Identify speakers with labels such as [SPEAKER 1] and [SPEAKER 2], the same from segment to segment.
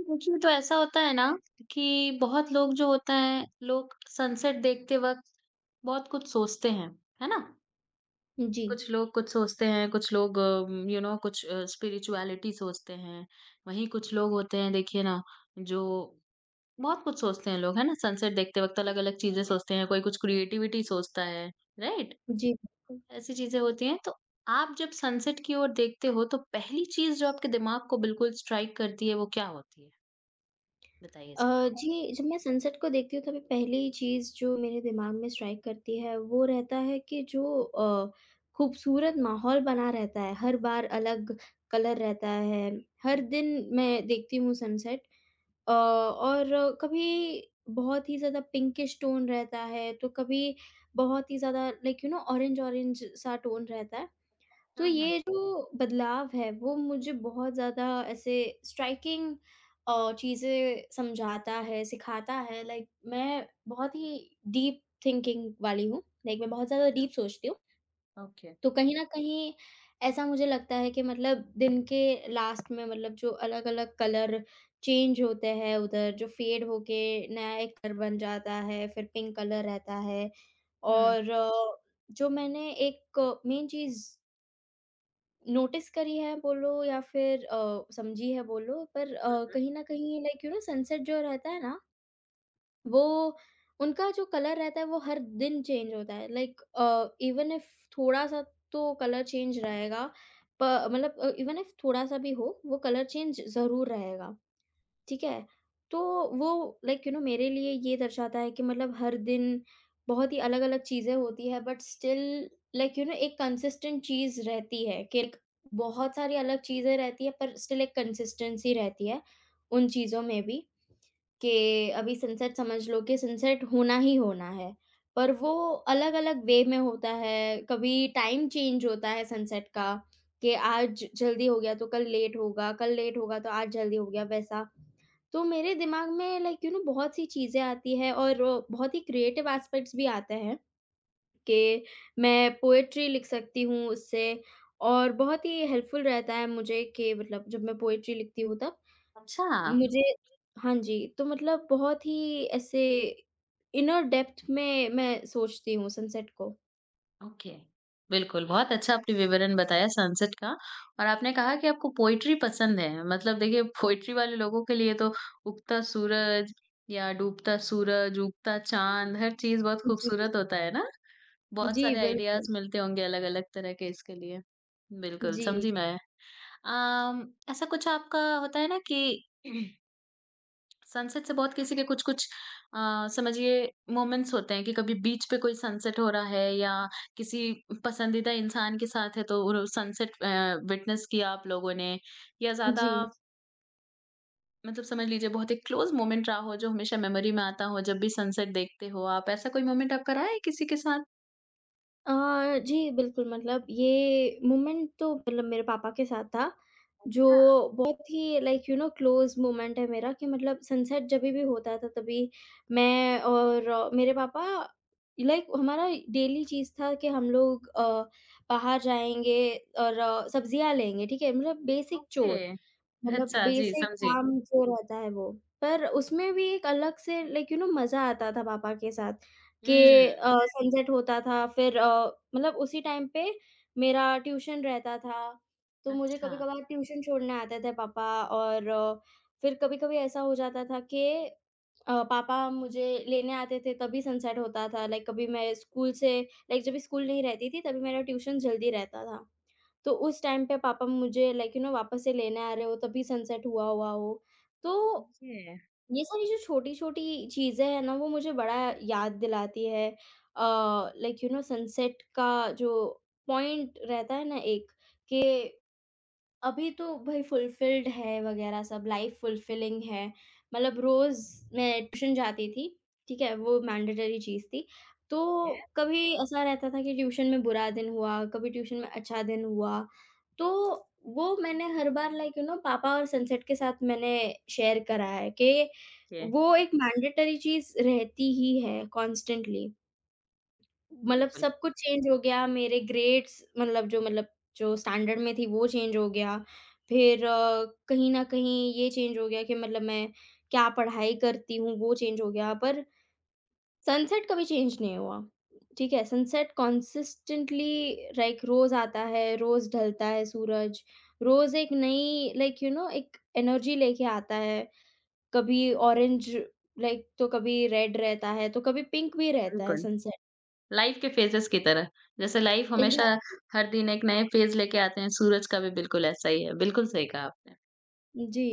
[SPEAKER 1] देखिए, तो ऐसा होता है ना कि बहुत लोग जो होते हैं, लोग सनसेट देखते वक़्त बहुत कुछ सोचते हैं, है ना?
[SPEAKER 2] जी,
[SPEAKER 1] कुछ लोग कुछ सोचते हैं, कुछ लोग कुछ स्पिरिचुअलिटी सोचते हैं। वहीं कुछ लोग होते हैं देखिए ना, जो बहुत कुछ सोचते हैं लोग, है ना? सनसेट देखते वक़्त अलग-अलग चीज़ें सोचते हैं, कोई कुछ क्रिएटिविटी सोचता है, राइट?
[SPEAKER 2] जी।
[SPEAKER 1] ऐसी चीज़ें होती हैं, तो आप जब सनसेट की ओर देखते हो, तो पहली चीज़ जो आपके दिमाग को बिल्कुल स्ट्राइक करती है, वो क्या होती है? बताइए
[SPEAKER 2] अ,
[SPEAKER 1] ज़रा।
[SPEAKER 2] जी, जब मैं सनसेट को देखती हूँ तभी पहली चीज़ जो मेरे दिमाग में स्ट्राइक करती है वो रहता है कि जो खूबसूरत माहौल बना रहता है, हर बार अलग कलर रहता है,
[SPEAKER 1] जी,
[SPEAKER 2] हर
[SPEAKER 1] जी।
[SPEAKER 2] दिन मैं देखती हूँ सनसेट और कभी बहुत ही ज़्यादा पिंकिश टोन रहता है, तो कभी बहुत ही ज़्यादा लाइक यू नो ऑरेंज-ऑरेंज सा टोन रहता है। तो
[SPEAKER 1] हुँ,
[SPEAKER 2] ये जो बदलाव है वो मुझे बहुत ज़्यादा ऐसे स्ट्राइकिंग चीज़ें समझाता है, सिखाता है लाइक मैं बहुत ही डीप थिंकिंग वाली हूँ, लाइक मैं बहुत ज़्यादा डीप सोचती हूँ।
[SPEAKER 1] ओके।
[SPEAKER 2] तो कहीं न कहीं ऐसा मुझे लगता है कि मतलब दिन के लास्ट में मतलब जो अलग-अलग कलर चेंज होते हैं उधर जो फेड होके नया एक कलर बन जाता है, फिर पिंक कलर रहता है
[SPEAKER 1] हुँ।
[SPEAKER 2] और जो मैंने एक मेन चीज़ नोटिस करी है बोलो या फिर समझी है बोलो पर
[SPEAKER 1] हुँ, हुँ।
[SPEAKER 2] कहीं न कहीं लाइक यू नो सनसेट जो रहता है ना, वो उनका जो कलर रहता है वो हर दिन चेंज होता है। लाइक इवन इफ थोड़ा-सा तो कलर चेंज रहेगा प मतलब इवन इफ थोड़ा-सा भी हो, वो कलर चेंज ज़रूर रहेगा। ठीक है? तो वो लाइक यू नो मेरे लिए ये दर्शाता है कि मतलब हर दिन बहुत ही अलग-अलग चीज़ें होती है but still like you know एक कंसिस्टेंट चीज़ रहती है कि एक बहुत सारी अलग चीज़ें रहती है पर स्टिल एक कंसिस्टेंसी रहती है, उन चीज़ों में भी। कि अभी सनसेट समझ लो कि सनसेट होना ही होना है, पर वो अलग-अलग वे में होता है, कभी टाइम चेंज होता है सनसेट का, कि आज जल्दी हो गया तो कल लेट होगा तो आज जल्दी हो गया, वैसा। तो मेरे दिमाग में लाइक यू नो बहुत-सी चीज़ें आती हैं और बहुत ही क्रिएटिव एस्पेक्ट्स भी आते हैं कि मैं पोएट्री लिख सकती हूँ उससे और बहुत ही हेल्पफुल रहता है मुझे कि मतलब जब मैं पोएट्री लिखती हूँ तब।
[SPEAKER 1] अच्छा,
[SPEAKER 2] मुझे हाँ जी, तो मतलब बहुत ही ऐसे इनर डेप्थ में मैं सोचती हूँ सनसेट को।
[SPEAKER 1] ओके। बिल्कुल, बहुत अच्छा आपने विवरण बताया सनसेट का और आपने कहा कि आपको पोएट्री पसंद है। मतलब देखिए पोएट्री वाले लोगों के लिए तो उगता सूरज या डूबता सूरज, उगता चाँद हर चीज़ बहुत
[SPEAKER 2] जी,
[SPEAKER 1] खूबसूरत होता है ना? बहुत
[SPEAKER 2] जी
[SPEAKER 1] सारे
[SPEAKER 2] बिल्कुल।
[SPEAKER 1] आइडियाज़ मिलते होंगे अलग-अलग तरह के इसके लिए। बिल्कुल,
[SPEAKER 2] जी,
[SPEAKER 1] समझी मैं। अम, ऐसा कुछ आपका होता है ना कि सनसेट से बहुत किसी के कुछ-कुछ समझिए मोमेंट्स होते हैं कि कभी बीच पे कोई सनसेट हो रहा है या किसी पसंदीदा इंसान के साथ है, तो वो सनसेट विटनेस किया आप लोगों ने या ज़्यादा
[SPEAKER 2] जी।
[SPEAKER 1] मतलब समझ लीजिए बहुत एक क्लोज़ मोमेंट रहा हो, जो हमेशा मेमोरी में आता हो, जब भी सनसेट देखते हो आप, ऐसा कोई मोमेंट आपका रहा है किसी के साथ?
[SPEAKER 2] अ, जी, बिल्कुल मतलब ये मोमेंट तो मतलब मेरे पापा के साथ था, जो
[SPEAKER 1] हाँ।
[SPEAKER 2] बहुत ही like you know close moment है मेरा कि मतलब सनसेट जभी भी होता था तभी मैं और मेरे पापा लाइक हमारा डेली चीज़ था कि हम लोग बाहर जाएँगे और सब्जियाँ लेंगे, ठीक है? मतलब बेसिक
[SPEAKER 1] ओके।
[SPEAKER 2] चोर। मतलब
[SPEAKER 1] अच्छा, जी
[SPEAKER 2] बेसिक
[SPEAKER 1] समझी।
[SPEAKER 2] काम जो रहता है वो, पर उसमें भी एक अलग से लाइक यू नो मज़ा आता था पापा के साथ कि
[SPEAKER 1] हुँ,
[SPEAKER 2] सनसेट होता था फिर मतलब उसी टाइम पे मेरा ट्यूशन रहता था, तो मुझे
[SPEAKER 1] अच्छा।
[SPEAKER 2] कभी-कभार ट्यूशन छोड़ने आते थे पापा और फिर कभी-कभी ऐसा हो जाता था कि पापा मुझे लेने आते थे तभी सनसेट होता था, लाइक कभी मैं स्कूल से लाइक जब स्कूल नहीं रहती थी तभी मेरा ट्यूशन जल्दी रहता था। तो उस टाइम पे पापा मुझे लाइक यू नो वापस से लेने आ रहे हो, तभी सनसेट हुआ हुआ हो। तो
[SPEAKER 1] ओके,
[SPEAKER 2] ये सारी जो छोटी-छोटी चीज़ें हैं ना, वो मुझे बड़ा याद दिलाती है। लाइक यू नो सनसेट का जो पॉइंट रहता है ना एक, कि अभी तो भाई फुलफिल्ड है वगैरह सब लाइफ फुलफिलिंग है। मतलब रोज़ मैं ट्यूशन जाती थी, ठीक है? वो मैंडेटरी चीज़ थी। तो
[SPEAKER 1] ओके,
[SPEAKER 2] कभी ऐसा रहता था कि ट्यूशन में बुरा दिन हुआ, कभी ट्यूशन में अच्छा दिन हुआ। तो वो मैंने हर बार लाइक यू नो पापा और सनसेट के साथ मैंने शेयर करा है कि
[SPEAKER 1] ओके।
[SPEAKER 2] वो एक मैंडेटरी चीज़ रहती ही है कॉन्स्टेंटली। मतलब
[SPEAKER 1] बिल्कुल,
[SPEAKER 2] सब कुछ चेंज हो गया, मेरे ग्रेड्स मतलब जो स्टैंडर्ड में थी वो चेंज हो गया। फिर कहीं न कहीं ये चेंज हो गया कि मतलब मैं क्या पढ़ाई करती हूँ वो चेंज हो गया, पर सनसेट कभी चेंज नहीं हुआ। ठीक है, सनसेट कंसिस्टेंटली लाइक रोज़ आता है, रोज़ ढलता है सूरज, रोज़ एक नई लाइक यू नो एक एनर्जी लेके आता है। कभी ऑरेंज लाइक तो कभी रेड रहता है, तो कभी पिंक भी रहता है
[SPEAKER 1] बिल्कुल।
[SPEAKER 2] सनसेट।
[SPEAKER 1] लाइफ के फेजेस की तरह। जैसे लाइफ हमेशा
[SPEAKER 2] एग्ज़ैक्ट
[SPEAKER 1] हर दिन एक नए फेज लेके आते हैं, सूरज का भी बिल्कुल ऐसा ही है। बिल्कुल सही कहा आपने।
[SPEAKER 2] जी।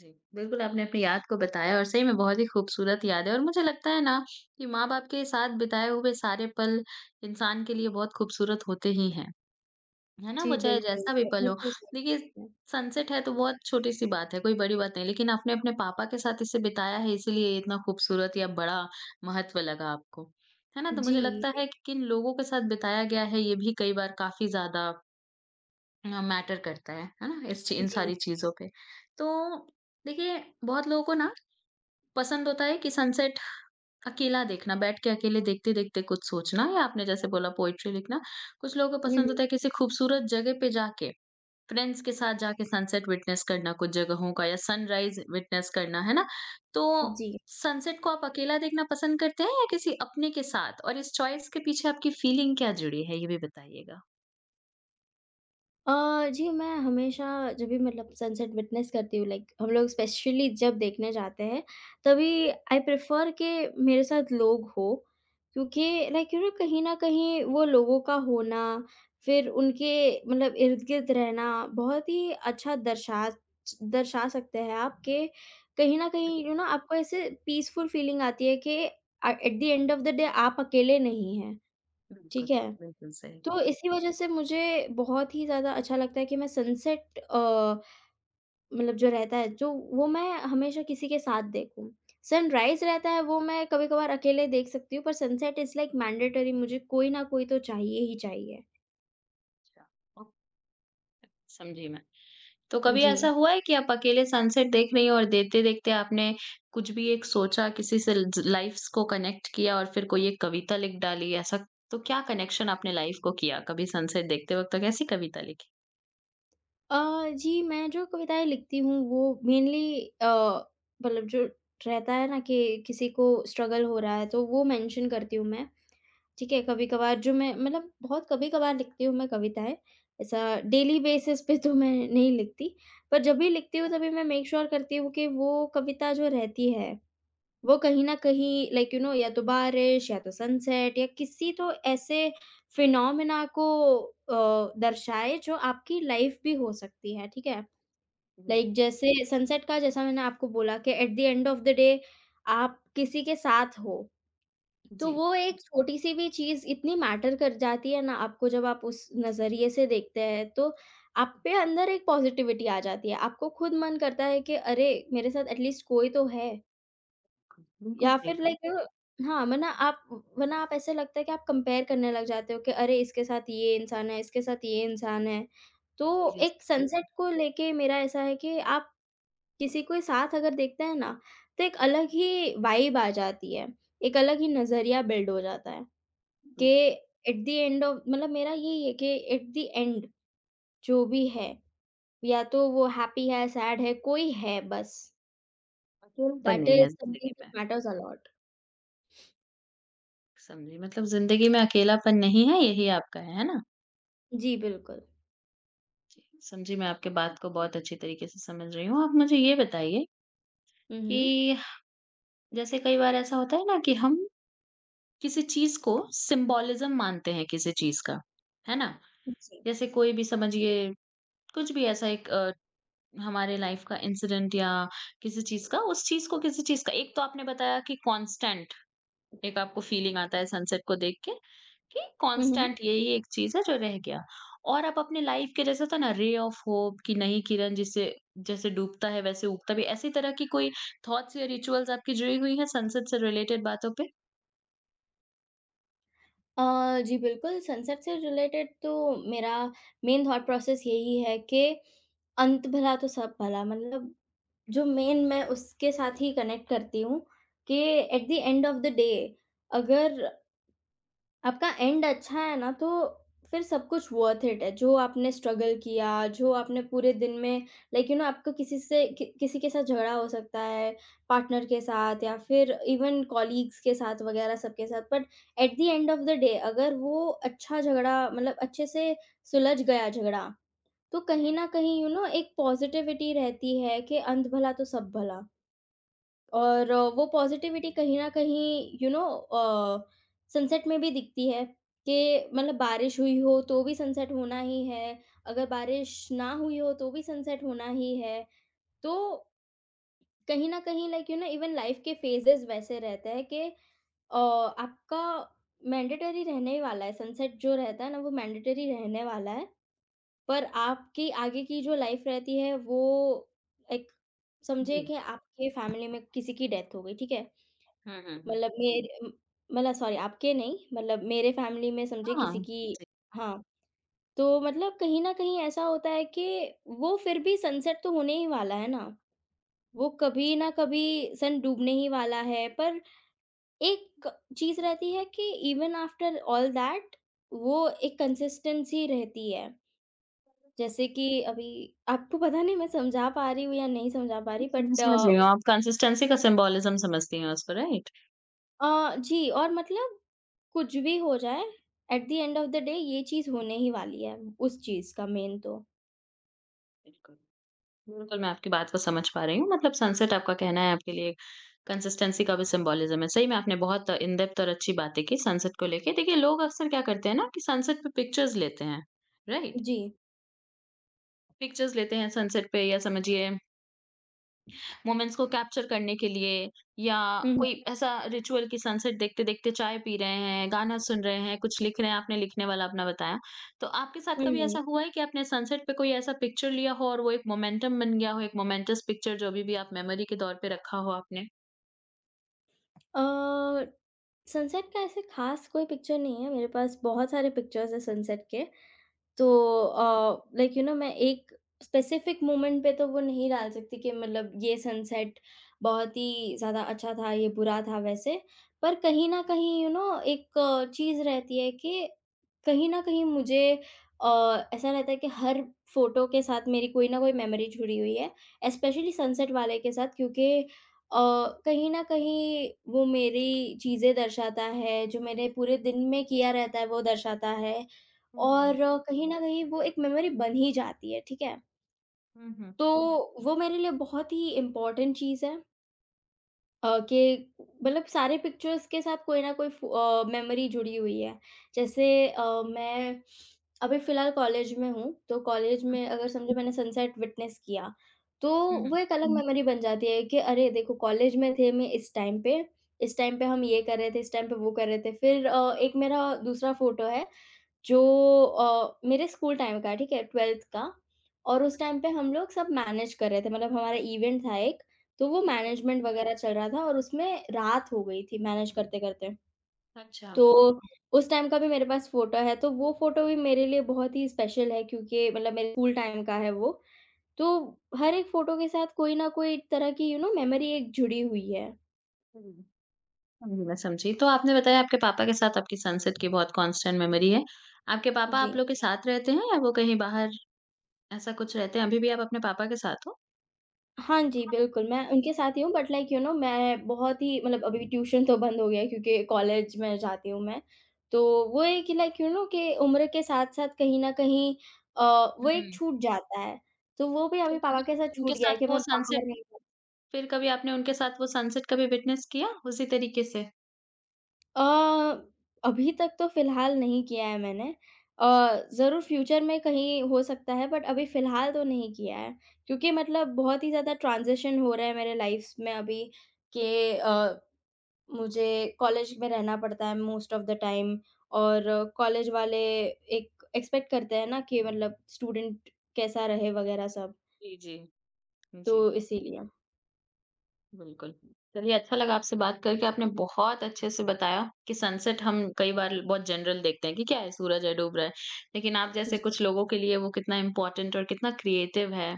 [SPEAKER 1] जी, बिल्कुल आपने अपनी याद को बताया और सही में बहुत ही खूबसूरत याद है और मुझे लगता है ना कि माँ-बाप के साथ बिताए हुए सारे पल इंसान के लिए बहुत खूबसूरत होते ही हैं। है ना?
[SPEAKER 2] जी,
[SPEAKER 1] वो चाहे
[SPEAKER 2] बिल्कुल,
[SPEAKER 1] जैसा भी पल हो।
[SPEAKER 2] बिल्कुल सही
[SPEAKER 1] देखिए,
[SPEAKER 2] बात
[SPEAKER 1] सनसेट है तो बहुत छोटी-सी बात है, कोई बड़ी बात नहीं, लेकिन आपने अपने पापा के साथ इसे बिताया है, इसीलिए ये इतना खूबसूरत या बड़ा महत्व लगा आपको। है ना?
[SPEAKER 2] है।
[SPEAKER 1] तो मुझे
[SPEAKER 2] जी,
[SPEAKER 1] लगता है कि किन लोगों के साथ बिताया गया है, ये भी कई बार काफ़ी ज़्यादा मैटर करता है। है ना? इस ची इन
[SPEAKER 2] जी,
[SPEAKER 1] सारी चीज़ों पे। तो देखिए, बहुत लोगों को ना पसंद होता है कि सनसेट अकेला देखना, बैठ के अकेले देखते-देखते कुछ सोचना या आपने जैसे बोला पोएट्री लिखना। कुछ लोगों को
[SPEAKER 2] हुँ,
[SPEAKER 1] पसंद होता है किसी खूबसूरत जगह पे जाके फ्रेंड्स के साथ जाके सनसेट विटनेस करना कुछ जगहों का या सनराइज विटनेस करना, है ना?
[SPEAKER 2] हुँ,
[SPEAKER 1] तो
[SPEAKER 2] जी।
[SPEAKER 1] सनसेट को आप अकेला देखना पसंद करते हैं या किसी अपने के साथ? और इस चॉइस के पीछे आपकी फीलिंग क्या जुड़ी है, ये भी बताइएगा?
[SPEAKER 2] अ, जी, मैं हमेशा जब भी मतलब सनसेट विटनेस करती हूँ लाइक हम लोग स्पेशली जब देखने जाते हैं, तभी आई प्रेफ़र कि मेरे साथ लोग हों क्योंकि लाइक यू नो कहीं न कहीं वो लोगों का होना, फिर उनके मतलब इर्द-गिर्द रहना बहुत ही अच्छा दर्शा दर्शा सकते हैं आप कि कहीं न कहीं यू नो आपको ऐसे पीसफुल फीलिंग आती है कि at the end of the day आप अकेले नहीं हैं,
[SPEAKER 1] बिल्कुल,
[SPEAKER 2] ठीक है?
[SPEAKER 1] बिल्कुल सही।
[SPEAKER 2] तो इसी वजह से मुझे बहुत ही ज़्यादा अच्छा लगता है कि मैं सनसेट मतलब जो रहता है जो वो मैं हमेशा किसी के साथ देखूँ। सनराइज़ रहता है वो मैं कभी-कभार अकेले देख सकती हूँ, पर सनसेट इज़ लाइक मैंडेटरी मुझे कोई ना कोई तो चाहिए ही चाहिए।
[SPEAKER 1] अच्छा, ओह, समझी मैं। तो कभी
[SPEAKER 2] जी।
[SPEAKER 1] ऐसा हुआ है कि आप अकेले सनसेट देख रही हो और देखते-देखते आपने कुछ भी एक सोचा, किसी से ज लाइफ़्स को कनेक्ट किया और फिर कोई एक कविता लिख डाली, ऐसा? तो क्या कनेक्शन आपने लाइफ़ को किया, कभी सनसेट देखते वक़्त, कैसी कविता लिखी?
[SPEAKER 2] अ, जी, मैं जो कविताएँ लिखती हूँ वो मेनली मतलब जो रहता है ना कि किसी को स्ट्रगल हो रहा है तो वो मेंशन करती हूँ मैं। ठीक है, कभी-कभार जो मैं मतलब बहुत कभी-कभार लिखती हूँ मैं कविताएँ, ऐसा डेली बेसिस पे तो मैं नहीं लिखती, पर जब भी लिखती हूँ तभी मैं मेक श्योर करती हूँ कि वो कविता जो रहती है, वो कहीं न कहीं लाइक यू नो या तो बारिश या तो सनसेट या किसी तो ऐसे फिनोमेना को दर्शाए जो आपकी लाइफ़ भी हो सकती है, ठीक है? लाइक जैसे सनसेट का जैसा मैंने आपको बोला कि at the end of the day आप किसी के साथ हो। तो
[SPEAKER 1] जी,
[SPEAKER 2] वो एक छोटी-सी भी चीज़ इतनी मैटर कर जाती है ना आपको जब आप उस नज़रिए से देखते हैं, तो आप पे अंदर एक पॉज़िटिविटी आ जाती है। आपको खुद मन करता है कि अरे! मेरे साथ एटलीस्ट कोई तो है
[SPEAKER 1] बिल्कुल, बिल्कुल
[SPEAKER 2] या
[SPEAKER 1] सही
[SPEAKER 2] फिर
[SPEAKER 1] कहा।
[SPEAKER 2] लाइक हाँ, वरना आप ऐसा लगता है कि आप कंपेयर करने लग जाते हो कि अरे! इसके साथ ये इंसान है, इसके साथ ये इंसान है।
[SPEAKER 1] जी,
[SPEAKER 2] तो
[SPEAKER 1] जी,
[SPEAKER 2] एक सनसेट
[SPEAKER 1] बिल्कुल,
[SPEAKER 2] को लेके मेरा ऐसा है कि आप किसी को साथ अगर देखते हैं ना, तो एक अलग ही वाइब आ जाती है, एक अलग ही नज़रिया बिल्ड हो जाता है। कि
[SPEAKER 1] बिल्कुल।
[SPEAKER 2] एट द एंड ऑफ मतलब मेरा यही है कि एट द एंड जो भी है, या तो वो हैप्पी है, सैड है, कोई है बस।
[SPEAKER 1] अकेलापन
[SPEAKER 2] दैट
[SPEAKER 1] नहीं
[SPEAKER 2] इज़
[SPEAKER 1] है
[SPEAKER 2] समथिंग
[SPEAKER 1] ज़िंदगी में,
[SPEAKER 2] दैट मैटर्स अ लॉट।
[SPEAKER 1] समझी मतलब ज़िंदगी में अकेलापन नहीं है, यही आपका है ना?
[SPEAKER 2] जी, बिल्कुल।
[SPEAKER 1] जी, समझी मैं आपकी बात को बहुत अच्छी तरीके से समझ रही हूँ। आप मुझे ये बताइए
[SPEAKER 2] हुँ, हुँ।
[SPEAKER 1] कि जैसे कई बार ऐसा होता है ना कि हम किसी चीज़ को सिम्बोलिज़्म मानते हैं किसी चीज़ का, है ना?
[SPEAKER 2] जी।
[SPEAKER 1] जैसे कोई भी समझिए कुछ भी ऐसा एक हमारे लाइफ़ का इंसिडेंट या किसी चीज़ का उस चीज़ को किसी चीज़ का एक तो आपने बताया कि कॉन्स्टेंट एक आपको फीलिंग आता है सनसेट को देख के कि
[SPEAKER 2] हुँ, हुँ।
[SPEAKER 1] कांस्टेंट यही एक चीज़ है जो रह गया। और आप अपने लाइफ के जैसे होता है ना रे ऑफ होप कि नई किरण जिसे जैसे डूबता है वैसे उगता भी, ऐसी तरह की कोई थॉट्स या रिचुअल्स आपकी जुड़ी हुई हैं सनसेट से रिलेटेड बातों पे?
[SPEAKER 2] अ, जी बिल्कुल, सनसेट से रिलेटेड तो मेरा मेन थॉट प्रोसेस यही है कि अंत भला तो सब भला। मतलब जो मेन मैं उसके साथ ही कनेक्ट करती हूँ कि at the end of the day अगर आपका एंड अच्छा है ना, तो फिर सब कुछ वर्थ इट है। जो आपने स्ट्रगल किया, जो आपने पूरे दिन में लाइक यू नो आपको किसी से कि किसी के साथ झगड़ा हो सकता है, पार्टनर के साथ या फिर इवन कॉलीग्स के साथ वगैरह सबके साथ। But at the end of the day अगर वो अच्छा झगड़ा मतलब अच्छे से सुलझ गया झगड़ा, तो कहीं न कहीं यू you नो know, एक पॉज़िटिविटी रहती है कि अंत भला तो सब भला। और वो पॉज़िटिविटी कहीं न कहीं यू नो सनसेट में भी दिखती है कि मतलब बारिश हुई हो तो भी सनसेट होना ही है, अगर बारिश ना हुई हो तो भी सनसेट होना ही है। तो कहीं न कहीं like you know even life के फ़ेजेज़ वैसे रहते हैं कि आपका मैंडेटरी रहने वाला है, सनसेट जो रहता है ना वो मैंडेटरी रहने वाला है। पर आपकी आगे की जो लाइफ़ रहती है वो एक समझिए
[SPEAKER 1] जी।
[SPEAKER 2] कि आपके फ़ैमिली में किसी की डेथ हो गई, ठीक है?
[SPEAKER 1] हुँ, हुँ, हुँ।
[SPEAKER 2] मतलब मेरे मतलब सॉरी आपके नहीं, मतलब मेरे फैमिली में समझिए किसी
[SPEAKER 1] हाँ,
[SPEAKER 2] की हाँ, तो मतलब कहीं न कहीं ऐसा होता है कि वो फिर भी सनसेट तो होने ही वाला है ना, वो कभी ना कभी सन डूबने ही वाला है, पर एक चीज़ रहती है कि इवन आफ्टर ऑल दैट वो एक कंसिस्टेंसी रहती है। जैसे कि अभी आपको पता नहीं मैं समझा पा रही हूँ या नहीं समझा पा रही
[SPEAKER 1] मैं
[SPEAKER 2] बट
[SPEAKER 1] समझ रही हूँ आप कंसिस्टेंसी का सिम्बोलिज़्म समझती हैं उसको, राइट?
[SPEAKER 2] जी और मतलब कुछ भी हो जाए at the end of the day ये चीज़ होने ही वाली है, उस चीज़ का मेन तो।
[SPEAKER 1] बिल्कुल। बिल्कुल, मैं आपकी बात को समझ पा रही हूँ। मतलब सनसेट आपका कहना है आपके लिए कंसिस्टेंसी का भी सिंबोलिज़्म है। सही में आपने बहुत इन डेप्थ और अच्छी बातें की सनसेट को लेके। देखिए लोग अक्सर क्या करते हैं ना कि सनसेट पे पिक्चर्स लेते हैं, राइट?
[SPEAKER 2] जी।
[SPEAKER 1] पिक्चर्स लेते हैं सनसेट पे या समझिए मोमेंट्स को कैप्चर करने के लिए या
[SPEAKER 2] हुँ,
[SPEAKER 1] कोई
[SPEAKER 2] हुँ।
[SPEAKER 1] ऐसा रिचुअल कि सनसेट देखते-देखते चाय पी रहे हैं, गाना सुन रहे हैं, कुछ लिख रहे हैं, आपने लिखने वाला अपना बताया। तो आपके साथ कभी
[SPEAKER 2] हुँ।
[SPEAKER 1] ऐसा हुआ है कि आपने सनसेट पे कोई ऐसा पिक्चर लिया हो और वो एक मोमेंटम बन गया हो, एक मोमेंटस पिक्चर जो अभी भी आप मेमोरी के तौर पे रखा हो आपने?
[SPEAKER 2] अ, सनसेट का ऐसे ख़ास कोई पिक्चर नहीं है मेरे पास, बहुत सारे पिक्चर्स हैं सनसेट के। तो लाइक यू नो मैं एक स्पेसिफिक मोमेंट पे तो वो नहीं डाल सकती कि मतलब ये सनसेट बहुत ही ज़्यादा अच्छा था, ये बुरा था वैसे। पर कहीं न कहीं यू you नो know, एक चीज़ रहती है कि कहीं न कहीं मुझे ऐसा रहता है कि हर फ़ोटो के साथ मेरी कोई न कोई मेमोरी जुड़ी हुई है, स्पेशली सनसेट वाले के साथ क्योंकि कहीं न कहीं वो मेरी चीज़ें दर्शाता है, जो मैंने पूरे दिन में किया रहता है वो दर्शाता है।
[SPEAKER 1] हुँ,
[SPEAKER 2] और
[SPEAKER 1] हुँ।
[SPEAKER 2] कहीं न कहीं वो एक मेमोरी बन ही जाती है, ठीक है?
[SPEAKER 1] हुँ, हुँ,
[SPEAKER 2] तो
[SPEAKER 1] हुँ।
[SPEAKER 2] वो मेरे लिए बहुत ही इम्पोर्टेंट चीज़ है कि मतलब सारे पिक्चर्स के साथ कोई ना कोई मेमोरी जुड़ी हुई है। जैसे मैं अभी फ़िलहाल कॉलेज में हूँ, तो कॉलेज
[SPEAKER 1] हुँ,
[SPEAKER 2] में
[SPEAKER 1] हुँ।
[SPEAKER 2] अगर समझो मैंने सनसेट विटनेस किया, तो
[SPEAKER 1] हुँ, हुँ,
[SPEAKER 2] वो
[SPEAKER 1] हुँ।
[SPEAKER 2] एक अलग हुँ। मेमोरी बन जाती है कि अरे देखो कॉलेज में थे मैं इस टाइम पे हम ये कर रहे थे, इस टाइम पे वो कर रहे थे। फिर एक मेरा दूसरा फ़ोटो है जो मेरे स्कूल टाइम का है, ठीक है? 12th का और
[SPEAKER 1] ओके।
[SPEAKER 2] उस टाइम पे हम लोग सब मैनेज कर रहे थे, मतलब हमारा इवेंट था एक, तो वो
[SPEAKER 1] ओके।
[SPEAKER 2] मैनेजमेंट वगैरह चल रहा था और उसमें रात हो गई थी मैनेज करते-करते।
[SPEAKER 1] अच्छा।
[SPEAKER 2] तो उस टाइम का भी मेरे पास फ़ोटो है, तो वो फ़ोटो भी मेरे लिए बहुत ही स्पेशल है क्योंकि मतलब मेरे स्कूल टाइम का है वो। तो हर एक फ़ोटो के साथ कोई ना कोई तरह की यू नो मेमोरी एक जुड़ी हुई है।
[SPEAKER 1] हुँ। समझी, मैं समझी। तो आपने बताया आपके पापा के साथ आपकी सनसेट की बहुत कांस्टेंट मेमोरी है। आपके पापा आप
[SPEAKER 2] जी।
[SPEAKER 1] लोग के जी। साथ रहते हैं या वो कहीं बाहर ऐसा कुछ रहते हैं अभी भी आप अपने पापा के साथ हो?
[SPEAKER 2] हाँ जी, बिल्कुल, मैं उनके साथ ही हूँ बट लाइक यू नो मैं बहुत ही मतलब अभी ट्यूशन तो बंद हो गया है क्योंकि कॉलेज में जाती हूँ मैं। तो वो है कि लाइक यू नो कि उम्र के साथ-साथ कहीं न कहीं वो
[SPEAKER 1] हुँ,
[SPEAKER 2] एक
[SPEAKER 1] हुँ।
[SPEAKER 2] छूट जाता है। तो वो भी अभी
[SPEAKER 1] फिर
[SPEAKER 2] पापा के साथ
[SPEAKER 1] कभी उनके
[SPEAKER 2] छूट गया है
[SPEAKER 1] साथ
[SPEAKER 2] कि
[SPEAKER 1] वो
[SPEAKER 2] मैं
[SPEAKER 1] सनसेट
[SPEAKER 2] बाहर नहीं जा-
[SPEAKER 1] फिर कभी आपने उनके साथ वो सनसेट कभी विटनेस किया उसी तरीके से?
[SPEAKER 2] अ, अभी तक तो फ़िलहाल नहीं किया है मैंने। ज़रूर फ्यूचर में कहीं हो सकता है बट अभी फ़िलहाल तो नहीं किया है। क्योंकि मतलब बहुत ही ज़्यादा ट्रांज़िशन हो रहा है मेरे लाइफ़्स में अभी कि अ मुझे कॉलेज में रहना पड़ता है मोस्ट ऑफ द टाइम और कॉलेज वाले एक एक्सपेक्ट करते हैं ना कि मतलब स्टूडेंट कैसा रहे वगैरह सब,
[SPEAKER 1] जी, जी।
[SPEAKER 2] तो
[SPEAKER 1] जी।
[SPEAKER 2] इसीलिए।
[SPEAKER 1] बिल्कुल। चलिए अच्छा लगा आपसे बात करके, आपने बहुत अच्छे से बताया कि सनसेट हम कई बार बहुत जनरल देखते हैं कि क्या है सूरज है, डूब रहा है। लेकिन आप जैसे
[SPEAKER 2] जी,
[SPEAKER 1] कुछ लोगों के लिए वो कितना इम्पोर्टेंट और कितना क्रिएटिव है,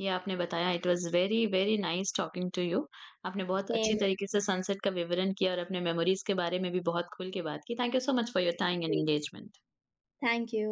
[SPEAKER 1] ये आपने बताया। It was very, very nice talking to you. आपने बहुत अच्छी
[SPEAKER 2] सेम,
[SPEAKER 1] तरीके से सनसेट का विवरण किया और अपने मेमोरीज़ के बारे में भी बहुत खुल के बात की। Thank you so much for your time and engagement.
[SPEAKER 2] Thank you.